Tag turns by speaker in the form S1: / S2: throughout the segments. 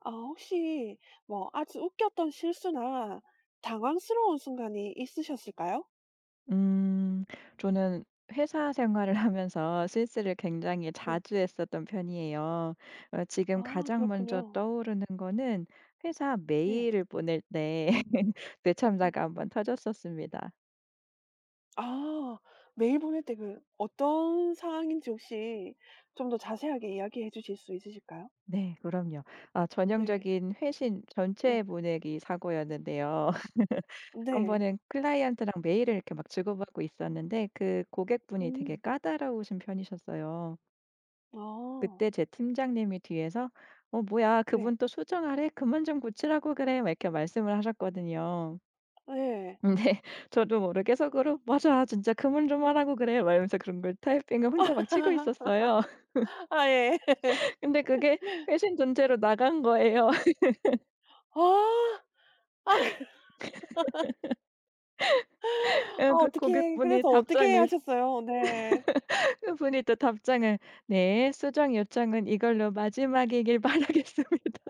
S1: 아 혹시 뭐 아주 웃겼던 실수나 당황스러운 순간이 있으셨을까요?
S2: 음. 저는 회사 생활을 하면서 실수를 굉장히
S1: 네.
S2: 자주 했었던 편이에요. 지금
S1: 아
S2: 가장 먼저
S1: 그렇군요.
S2: 떠오르는 거는 회사
S1: 네.
S2: 메일을 보낼 때
S1: 음.
S2: 뇌참자가 한번 터졌었습니다.
S1: 아 메일 보낼 때 그 어떤 상황인지 혹시 좀 더 자세하게 이야기해 주실 수 있으실까요?
S2: 네, 그럼요. 아,
S1: 네.
S2: 전형적인 회신 전체
S1: 네.
S2: 보내기 사고였는데요. 한
S1: 네.
S2: 번은 클라이언트랑 메일을 이렇게 막 주고받고 있었는데, 그 고객분이 되게
S1: 음.
S2: 까다로우신 편이셨어요.
S1: 아.
S2: 그때 제 팀장님이 뒤에서 "어 뭐야, 그분
S1: 네.
S2: 또 수정하래? 그만 좀 고치라고 그래." 막 이렇게 말씀을 하셨거든요.
S1: 네.
S2: 근데 저도 모르게 속으로 "맞아. 진짜 그만 좀 하라고 그래." 막 이러면서 그런 걸 타이핑을 혼자 막 치고 있었어요.
S1: 아 예.
S2: 근데 그게 회신 전체로 나간 거예요.
S1: 아. 아 그 아
S2: 예.
S1: 어
S2: 그
S1: 떻게
S2: 고객분이
S1: 그래서 어떻게
S2: 답장을
S1: 하셨어요? 네.
S2: 그분이 또 답장을 "네. 수정 요청은 이걸로 마지막이길 바라겠습니다."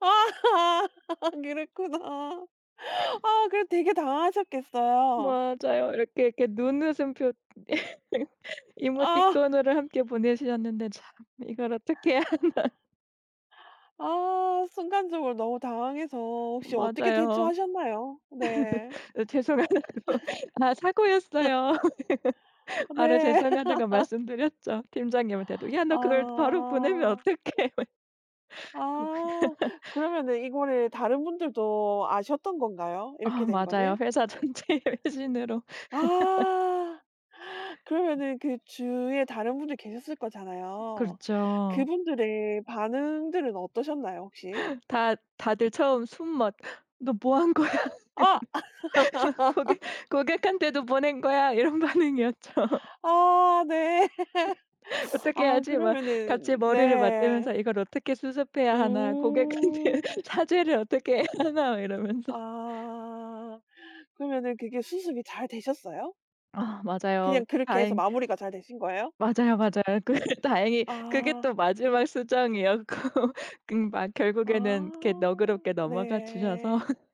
S1: 아 그랬구나. 아 그래 되게 당황하셨겠어요.
S2: 맞아요. 이렇게, 이렇게 눈웃음표. 네.
S1: 아.
S2: 이모티콘으로 함께 보내주셨는데 참 이걸 어떻게 해야.
S1: 아 순간적으로 너무 당황해서 혹시 어떻게
S2: 맞아요.
S1: 대처하셨나요? 네.
S2: 죄송하다고 "아, 사고였어요." 바로
S1: 네.
S2: 죄송하다고 말씀드렸죠. 팀장님한테도 "야, 너 그걸 바로 보내면
S1: 아.
S2: 어떡해."
S1: 아. 그러면은 이거를 다른 분들도 아셨던 건가요? 이렇게
S2: 아,
S1: 된
S2: 맞아요.
S1: 거를?
S2: 회사 전체의 회신으로.
S1: 아. 그러면은 그 주위에 다른 분들 계셨을 거잖아요.
S2: 그렇죠.
S1: 그분들의 반응들은 어떠셨나요 혹시?
S2: 다 다들 처음 숨맛 "너 뭐 한 거야?"
S1: 아.
S2: 나 고객 "고객한테도 보낸 거야." 이런 반응이었죠.
S1: 아 네.
S2: 어떻게
S1: 아
S2: 하지? 막
S1: 그러면은
S2: 같이 머리를
S1: 네.
S2: 맞대면서 '이걸 어떻게 수습해야 하나? 고객한테
S1: 음.
S2: 사죄를 어떻게 해야 하나?' 막 이러면서.
S1: 아. 그러면은 그게 수습이 잘 되셨어요?
S2: 아, 맞아요.
S1: 그냥 그렇게 해서
S2: 다행
S1: 마무리가 잘 되신 거예요?
S2: 맞아요, 맞아요. 그 다행히 그게
S1: 아.
S2: 또 마지막 수정이었고 막 결국에는 이렇게
S1: 아.
S2: 너그럽게 넘어가 주셔서.
S1: 네.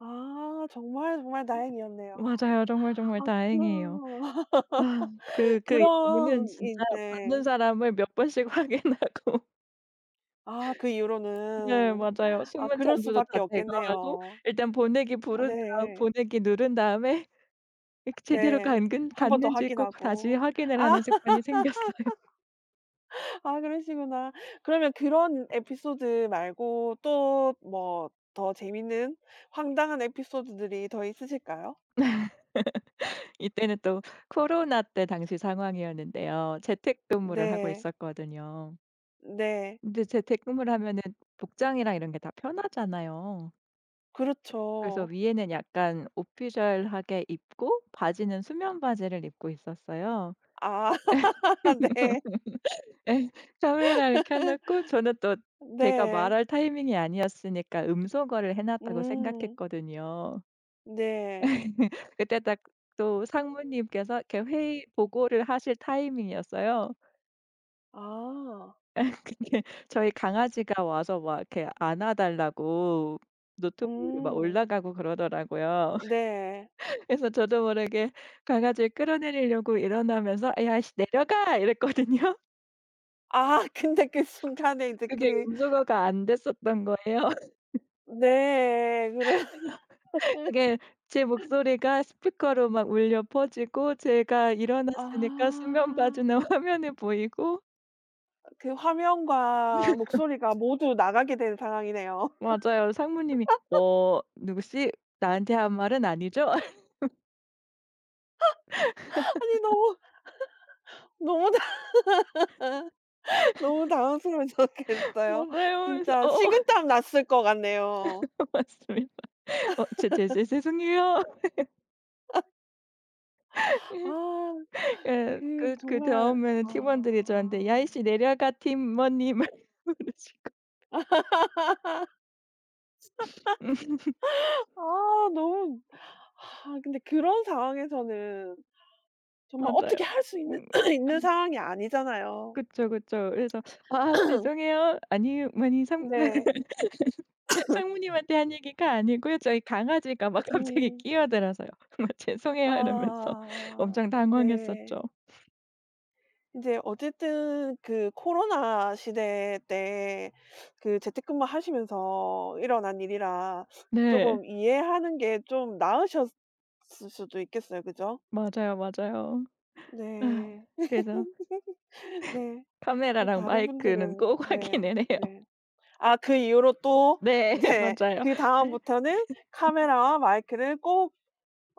S1: 아 정말, 정말 다행이었네요.
S2: 맞아요. 정말, 정말
S1: 아
S2: 다행이에요.
S1: 그럼
S2: 아, 그 그 이유는
S1: 그런
S2: 진짜
S1: 이제
S2: 받는 사람을 몇 번씩 확인하고.
S1: 아 그
S2: 네,
S1: 이후로는
S2: 맞아요.
S1: 아
S2: 숨은
S1: 그럴
S2: 잔고도 다
S1: 수밖에
S2: 제거하고
S1: 없겠네요.
S2: 일단
S1: 아 네.
S2: 보내기 누른 다음에 이렇게 제대로
S1: 네.
S2: 간근
S1: 한 번 더
S2: 갔는지 꼭 다시
S1: 확인하고.
S2: 확인을
S1: 아.
S2: 하는 습관이 생겼어요.
S1: 아 그러시구나. 그러면 그런 에피소드 말고 또 뭐 더 재밌는 황당한 에피소드들이 더 있으실까요?
S2: 이때는 또 코로나 때 당시 상황이었는데요. 재택근무를 하고
S1: 네.
S2: 있었거든요.
S1: 네.
S2: 근데 재택근무를 하면은 복장이랑 이런 게 다 편하잖아요. 그래서
S1: 그렇죠.
S2: 위에는 약간 오피셜하게 입고, 바지는 수면 바지를 입고 있었어요.
S1: 아 네.
S2: 예. 카메라를 켜 놓고 저는 또 제가
S1: 네.
S2: 말할 타이밍이 아니었으니까 음소거를 해 놨다고
S1: 음.
S2: 생각했거든요.
S1: 네.
S2: 그때 딱 또 상무님께서 이렇게 회의 보고를 하실 타이밍이었어요.
S1: 아.
S2: 근데 저희 강아지가 와서 막 이렇게 안아 달라고 노트북 으로 막
S1: 음.
S2: 올라가고 그러더라고요.
S1: 네.
S2: 그래서 저도 모르게 강아지를 끌어내리려고 일어나면서 "야 씨, 내려가!" 이랬거든요.
S1: 아 근데 그 순간에 이제
S2: 그게
S1: 그
S2: 음소거가 안 됐었던 거예요.
S1: 네. 그런
S2: 그게 제 목소리가 스피커로 막 울려 퍼지고, 제가
S1: 아.
S2: 일어났으니까 수면 바지는 화면에 보이고.
S1: 그 화면과 목소리가 모두 나가게 된 상황이네요.
S2: 맞아요. 상무님이 "어, 누구씨? 나한테 한 말은 아니죠?"
S1: 아니 너무 너무 너무 당황스러우셨겠어요.
S2: "맞아요." 그래서
S1: 진짜
S2: "어어,
S1: 식은땀 났을 것 같네요.
S2: 맞습니다. 어, 죄 죄 죄 죄송해요."
S1: 아
S2: 예.
S1: 그 정말
S2: 그다음에는 팀원들이 저한테 "야
S1: 아.
S2: 이씨 내려가, 팀원님." 막 그러시고. 음,
S1: 아 너무 아 근데 그런 상황에서는 정말
S2: 맞아요.
S1: 어떻게 할 수 있는
S2: 음,
S1: 있는 상황이 아니잖아요.
S2: 그쵸, 그쵸. 그래서 "아, 죄송해요. 아니 아니, 상
S1: 네.
S2: 상무님한테 한 얘기가 아니고요." 저희 강아지가 막 갑자기
S1: 음.
S2: 끼어들어서요. "정말 죄송해요." 이러면서
S1: 아
S2: 엄청
S1: 네.
S2: 당황했었죠.
S1: 이제 어쨌든 그 코로나 시대 때 그 재택근무 하시면서 일어난 일이라 조
S2: 네.
S1: 금 이해하는 게 좀 나으셨을 수도 있겠어요. 그죠?
S2: 맞아요, 맞아요. 아,
S1: 네.
S2: 그래서
S1: 네. 그
S2: 카메라랑
S1: 다른
S2: 마이크는
S1: 분들은
S2: 꼭
S1: 네.
S2: 확인을 해요.
S1: 네. 아 그 이후로 또
S2: 네.
S1: 이제
S2: 맞아요. 실
S1: 그다음부터는 '카메라와 마이크를 꼭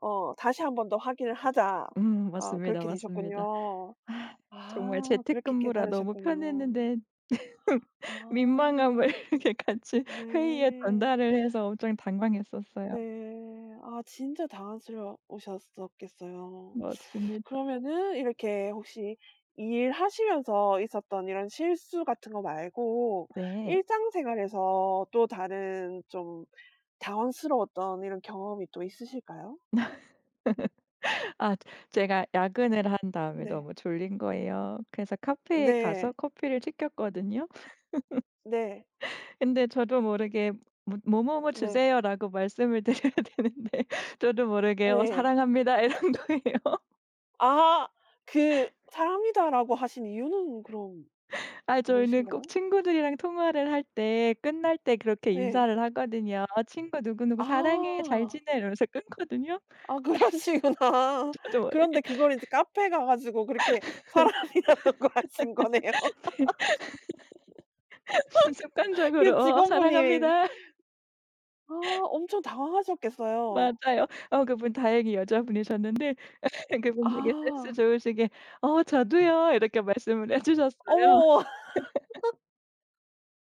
S1: 어 다시 한 번 더 확인을 하자.'
S2: 음,
S1: 아
S2: 맞습니다,
S1: 그렇게
S2: 맞습니다.
S1: 되셨군요.
S2: 아, 정말
S1: 아 그렇게
S2: 재택근무라 너무
S1: 깨달으셨군요.
S2: 편했는데. 민망함을
S1: 아.
S2: 이렇게 같이 회의에
S1: 네.
S2: 전달을 해서 엄청 당황했었어요.
S1: 네. 아 진짜 당황스러우셨었겠어요.
S2: 맞습니다.
S1: 그러면은 이렇게 혹시 일하시면서 있었던 이런 실수 같은 거 말고
S2: 네.
S1: 일상생활에서 또 다른 좀 당황스러웠던 이런 경험이 또 있으실까요?
S2: 아, 제가 야근을 한 다음에
S1: 네.
S2: 너무 졸린 거예요. 그래서 카페에 가서
S1: 네.
S2: 커피를 시켰거든요.
S1: 네.
S2: 근데 저도 모르게 뭐 "뭐뭐뭐
S1: 네.
S2: 주세요."라고 말씀을 드려야 되는데, 저도 모르게 "어,
S1: 예.
S2: 사랑합니다." 이런 거예요.
S1: 아 그 "사람이다."라고 하신 이유는 그럼
S2: 아, 저희는 꼭
S1: 무엇인가요?
S2: 친구들이랑 통화를 할 때 끝날 때 그렇게
S1: 예.
S2: 인사를 하거든요. "친구 누구누구 사랑해. 잘
S1: 아.
S2: 지내." 이러면서 끊거든요.
S1: 아 그러시구나.
S2: 저도 모르게
S1: 그런데 그걸 이제 카페 가 가지고 그렇게 사람이라고 하신 거네요. 그
S2: 습관적으로 "어,
S1: 직원분이
S2: 사랑합니다."
S1: 아 엄청 당황하셨겠어요.
S2: 맞아요. 그분 다행히 여자분이셨는데 그분 되게 센스
S1: 아.
S2: 좋으시게 "어, 저도요." 이렇게 말씀을 해 주셨어요.
S1: 어머.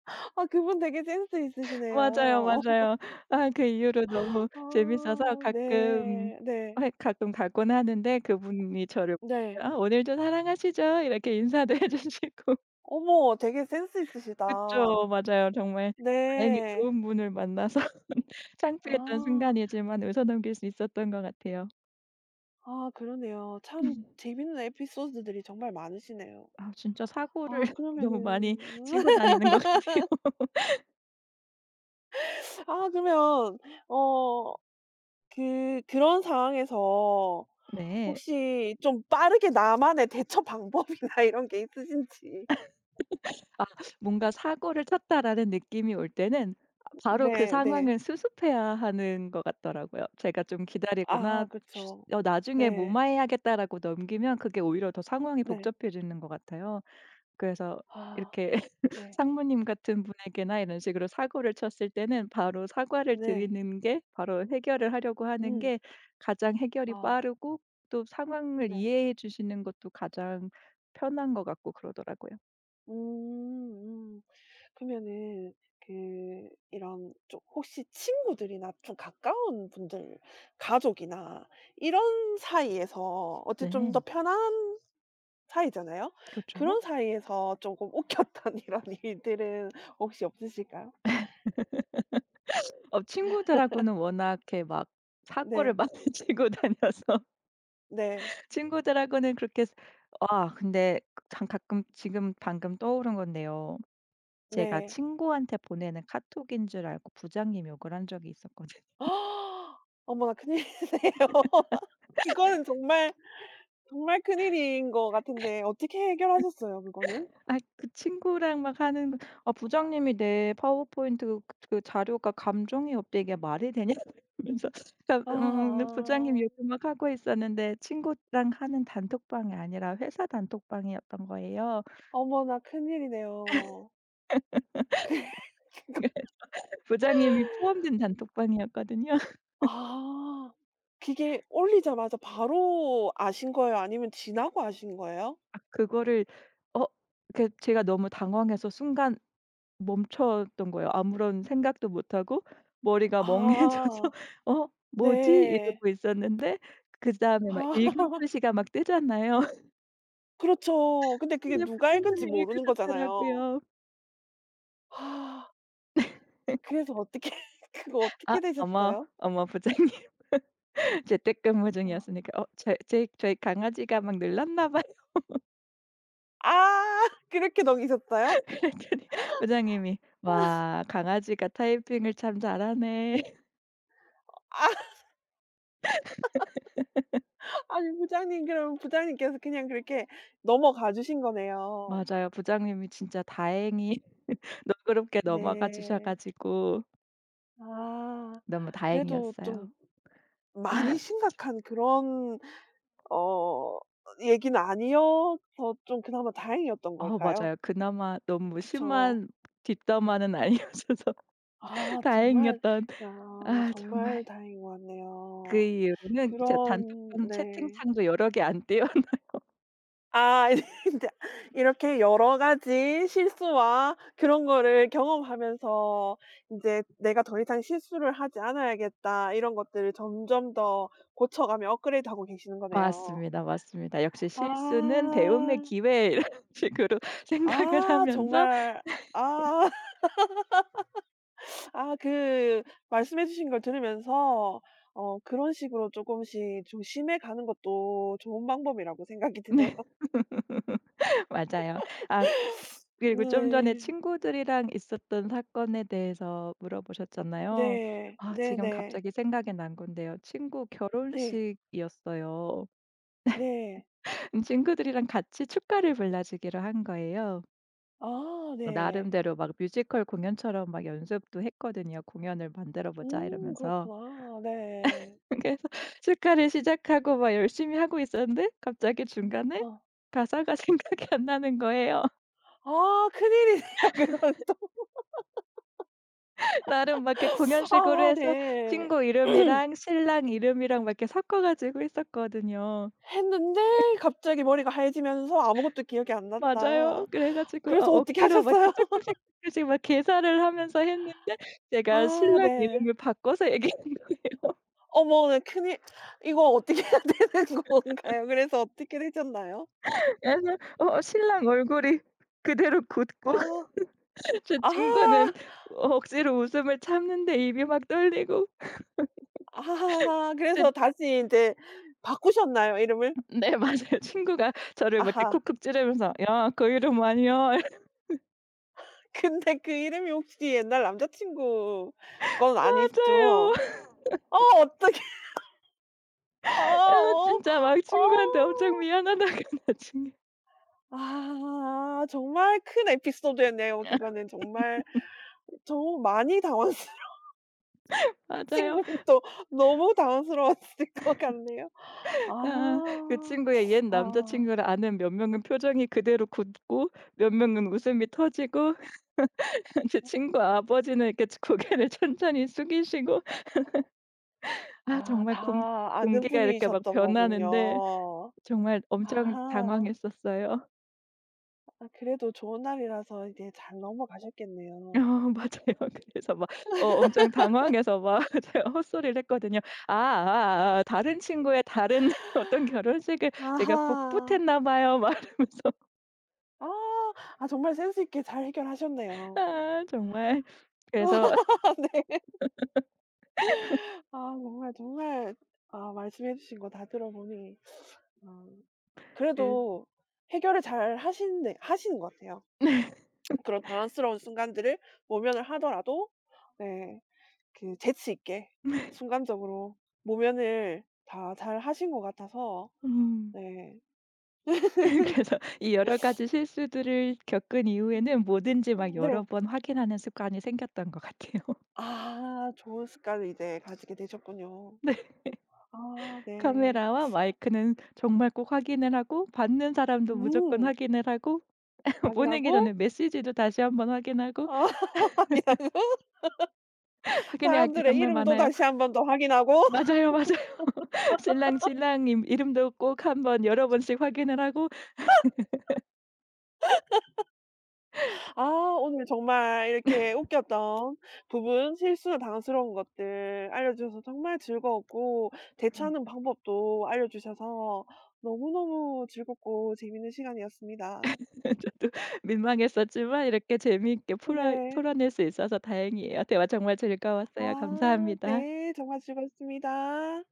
S1: 아 그분 되게 센스 있으시네요.
S2: 맞아요, 맞아요. 아, 그 이후로 너무 재밌어서
S1: 아
S2: 가끔
S1: 네. 네.
S2: 해 가끔 가곤 하는데, 그분이 저를
S1: 네.
S2: 보면 "아, 오늘도 사랑하시죠?" 이렇게 인사도 해 주시고.
S1: 어머 되게 센스 있으시다.
S2: 그쵸. 맞아요. 정말 다행히
S1: 네.
S2: 좋은 분을 만나서 창피했던
S1: 아.
S2: 순간이지만 웃어넘길 수 있었던 것 같아요.
S1: 아 그러네요. 참 재밌는 에피소드들이 정말 많으시네요.
S2: 아, 진짜 사고를
S1: 아
S2: 너무 많이
S1: 그러면은
S2: 치고 다니는 것 같아요.
S1: 아 그러면 어 그 그런 상황에서
S2: 네.
S1: 혹시 좀 빠르게 나만의 대처 방법이나 이런 게 있으신지.
S2: 아, 뭔가 '사고를 쳤다.'라는 느낌이 올 때는 바로 그
S1: 네 네.
S2: 상황을 수습해야 하는 것 같더라고요. 제가 좀 기다리거나
S1: 아
S2: 쉬
S1: 그쵸.
S2: 어 '나중에 뭐
S1: 네.
S2: 마해야겠다라고 넘기면 그게 오히려 더 상황이
S1: 네.
S2: 복잡해지는 것 같아요. 그래서
S1: 아
S2: 이렇게
S1: 네.
S2: 상무님 같은 분에게나 이런 식으로 사고를 쳤을 때는 바로 사과를
S1: 네.
S2: 드리는 게, 바로 해결을 하려고 하는
S1: 음.
S2: 게 가장 해결이
S1: 아
S2: 빠르고 또 상황을
S1: 네.
S2: 이해해 주시는 것도 가장 편한 것 같고 그러더라고요.
S1: 음 음. 그러면은 그 이런 좀 혹시 친구들이나 좀 가까운 분들 가족이나 이런 사이에서 어찌 좀 더
S2: 네.
S1: 편한 사이잖아요.
S2: 그렇죠.
S1: 그런 사이에서 조금 웃겼던 이런 일들은 혹시 없으실까요?
S2: 친구들하고는 워낙 이렇게 막 사고를
S1: 네.
S2: 많이 치고 다녀서.
S1: 네.
S2: 친구들하고는 그렇게 스 아, 근데 참 가끔, 지금 방금 떠오른 건데요. 제가
S1: 네.
S2: 친구한테 보내는 카톡인 줄 알고 부장님 욕을 한 적이 있었거든요.
S1: 아, 어머나 큰일이네요. 그거는 정말, 정말 큰일인 것 같은데 어떻게 해결하셨어요 그거는?
S2: 아, 그 친구랑 막 하는 거 "아, 부장님이 내 파워포인트 그 그 자료가 감정이 없대." "이게 말이 되냐?" 러면서부장님
S1: 아.
S2: 욕을 막 하고 있었는데, 친구랑 하는 단톡방이 아니라 회사 단톡방이었던 거예요.
S1: 어머나 큰일이네요. 그래도
S2: 부장님이 포함된 단톡방이었거든요.
S1: 아. 그게 올리자마자 바로 아신 거예요? 아니면 지나고 아신 거예요?
S2: 그거를 어 그 제가 너무 당황해서 순간 멈췄던 거예요. 아무런 생각도 못 하고 머리가 멍해져서
S1: 아.
S2: '어, 뭐지?'
S1: 네.
S2: 이러고 있었는데, 그다음에 막
S1: 아.
S2: 읽음 표시가 막 뜨잖아요.
S1: 그렇죠. 근데 그게
S2: 근데
S1: 누가 읽은지
S2: 부장님이
S1: 모르는 거잖아요.
S2: 읽으셨더라고요.
S1: 아 그래서 어떻게 그거
S2: 아,
S1: 어떻게
S2: 어머
S1: 되셨어요?
S2: 어머 부장님. 재택근무
S1: 와.
S2: 중이었으니까 "어, 제 제 저희 강아지가 막 놀랐나 봐요."
S1: 아 그렇게 넘기셨어요?
S2: 했더니 부장님이 "와, 강아지가 타이핑을 참 잘하네."
S1: 아 아니 부장님께서 그냥 그렇게 넘어가 주신 거네요.
S2: 맞아요. 부장님이 진짜 다행히 너그럽게 넘어가 주셔
S1: 네.
S2: 가지고
S1: 아
S2: 너무
S1: 그래도
S2: 다행이었어요.
S1: 좀 많이 심각한 그런 어 얘기는 아니어서 좀 그나마 다행이었던
S2: 어,
S1: 걸까요?
S2: 맞아요. 그나마 너무
S1: 그쵸.
S2: 심한 뒷담화는 아니어서
S1: 아 정말
S2: 다행이었던.
S1: 야
S2: 아, 정말.
S1: 정말 다행인 것
S2: 그
S1: 같네요.
S2: 이후로는 진짜
S1: 그런
S2: 단톡방
S1: 네.
S2: 채팅창도 여러 개 안 띄워 나.
S1: 아 이제 이렇게 여러 가지 실수와 그런 거를 경험하면서 이제 '내가 더 이상 실수를 하지 않아야겠다.' 이런 것들을 점점 더 고쳐가며 업그레이드하고 계시는 거네요.
S2: 맞습니다, 맞습니다. 역시 '실수는 배움의
S1: 아.
S2: 기회.' 이런 식으로 생각을
S1: 아
S2: 하면서.
S1: 정말 아. 아 그 말씀해 주신 걸 들으면서 어 그런 식으로 조금씩 조심해 가는 것도 좋은 방법이라고 생각이 드네요.
S2: 네. 맞아요. 아, 그리고 좀 전에
S1: 네.
S2: 친구들이랑 있었던 사건에 대해서 물어보셨잖아요.
S1: 네.
S2: 아,
S1: 네
S2: 지금
S1: 네.
S2: 갑자기 생각이 난 건데요. 친구
S1: 네. 네.
S2: 결혼식이었어요.
S1: 네.
S2: 친구들이랑 같이 축가를 불러주기로 한 거예요.
S1: 아 네.
S2: 나름대로 막 뮤지컬 공연처럼 막 연습도 했거든요. '공연을 만들어 보자.' 이러면서.
S1: 그렇구나. 네.
S2: 그래서 축가를 시작하고 막 열심히 하고 있었는데 갑자기 중간에
S1: 어.
S2: 가사가 생각이 안 나는 거예요.
S1: 아 큰일이네요 그건 또.
S2: 나름 막 이렇게 공연식으로
S1: 아
S2: 해서
S1: 네.
S2: 친구 이름이랑 신랑 이름이랑 막 이렇게 섞어 가지고 했었거든요.
S1: 했는데 갑자기 머리가 하얘지면서 아무것도 기억이 안
S2: 맞아요.
S1: 났다.
S2: 그래 가지고, 아,
S1: 그래서 어떻게
S2: 억지로 막 이렇게
S1: 하셨어요?
S2: 쪼끔씩, 쪼끔씩 막 계산을 하면서 했는데, 제가
S1: 아
S2: 신랑
S1: 네.
S2: 이름을 바꿔서 얘기한 거
S1: 어머 네 큰일. 이거 어떻게 해야 되는 건가요? 그래서 어떻게 되셨나요?
S2: 래서 신랑 얼굴이 그대로 굳고
S1: 아.
S2: 제
S1: 아하.
S2: 친구는 억지로 웃음을 참는데 입이 막 떨리고.
S1: 아하하 그래서
S2: 제
S1: 다시 인제 바꾸셨나요 이름을?
S2: 네, 맞아요. 친구가 저를 막 이렇게
S1: 아하.
S2: 쿡쿡 찌르면서 "야, 그 이름 아니야."
S1: 근데 그 이름이 혹시 옛날 남자친구 건 아니죠?
S2: 맞아요.
S1: 어 어떡해.
S2: 아,
S1: 어
S2: 진짜 막
S1: 어. 어.
S2: 친구한테 엄청 미안하다가 나중에.
S1: 아 정말 큰 에피소드였네요. 그거는 정말 좀 많이 당황스러
S2: 맞아요.
S1: 친구분도 너무 당황스러웠을 것 같네요.
S2: 아, 그
S1: 아.
S2: 친구의 옛
S1: 아.
S2: 남자친구를 아는 몇 명은 표정이 그대로 굳고, 몇 명은 웃음이 터지고, 제 친구 아버지는 이렇게 고개를 천천히 숙이시고. 아,
S1: 아
S2: 정말 공
S1: 다 아는
S2: 공기가 이렇게 막
S1: 분이셨던
S2: 변하는데,
S1: 거군요.
S2: 정말 엄청
S1: 아하.
S2: 당황했었어요.
S1: 아 그래도 좋은 날이라서 이제 잘
S2: 어,
S1: 넘어가셨겠네요.
S2: 맞아요. 그래서 막 엄청 당황해서 막 제가 헛소리를 했거든요. 아 다른 친구의 다른 어떤 결혼식을 제가
S1: 아하.
S2: 복붙했나 봐요. 막 이러면서.
S1: 아. 아 정말 센스 있게 잘 해결하셨네요.
S2: 아, 정말. 그래서
S1: 아 네. 아 정말, 정말 아 말씀해 주신 거 다 들어보니 아
S2: 그.
S1: 그래도 해결을 잘 하시는 것 같아요.
S2: 네.
S1: 그런 당황스러운 순간들을 모면을 하더라도 네. 그 재치 있게 순간적으로 모면을 다 잘하신 것 같아서
S2: 음.
S1: 네.
S2: 그래서 이 여러 가지 실수들을 겪은
S1: 음
S2: 이후에는 뭐든지 막 여러
S1: 네.
S2: 번 확인하는 습관이 생겼던 것 같아요.
S1: 아 좋은 습관을 이제 가지게 되셨군요. 아 네.
S2: 카메라와 마이크는 정말 꼭 확인을 하고, 받는 사람도 무조건
S1: 음
S2: 확인을 하고, 보내기
S1: 확인하고
S2: 전에 메시지도 다시 한번 확인하고.
S1: 아 확인하고
S2: 확인해야 할 게
S1: 사람들의
S2: 정말
S1: 이름도
S2: 많아요.
S1: 다시 한 번 더 확인하고
S2: 맞아요, 맞아요. 신랑님 이름도 꼭 한번 여러 번씩 확인을 하고.
S1: 아 오늘 정말 이렇게 웃겼던 부분, 실수나 당황스러운 것들 알려주셔서 정말 즐거웠고 대처하는 방법도 알려주셔서 너무너무 즐겁고 재밌는 시간이었습니다.
S2: 저도 민망했었지만 이렇게 재미있게
S1: 네.
S2: 풀어낼 수 있어서 다행이에요. 대화 정말 즐거웠어요.
S1: 아
S2: 감사합니다.
S1: 네. 정말 즐거웠습니다.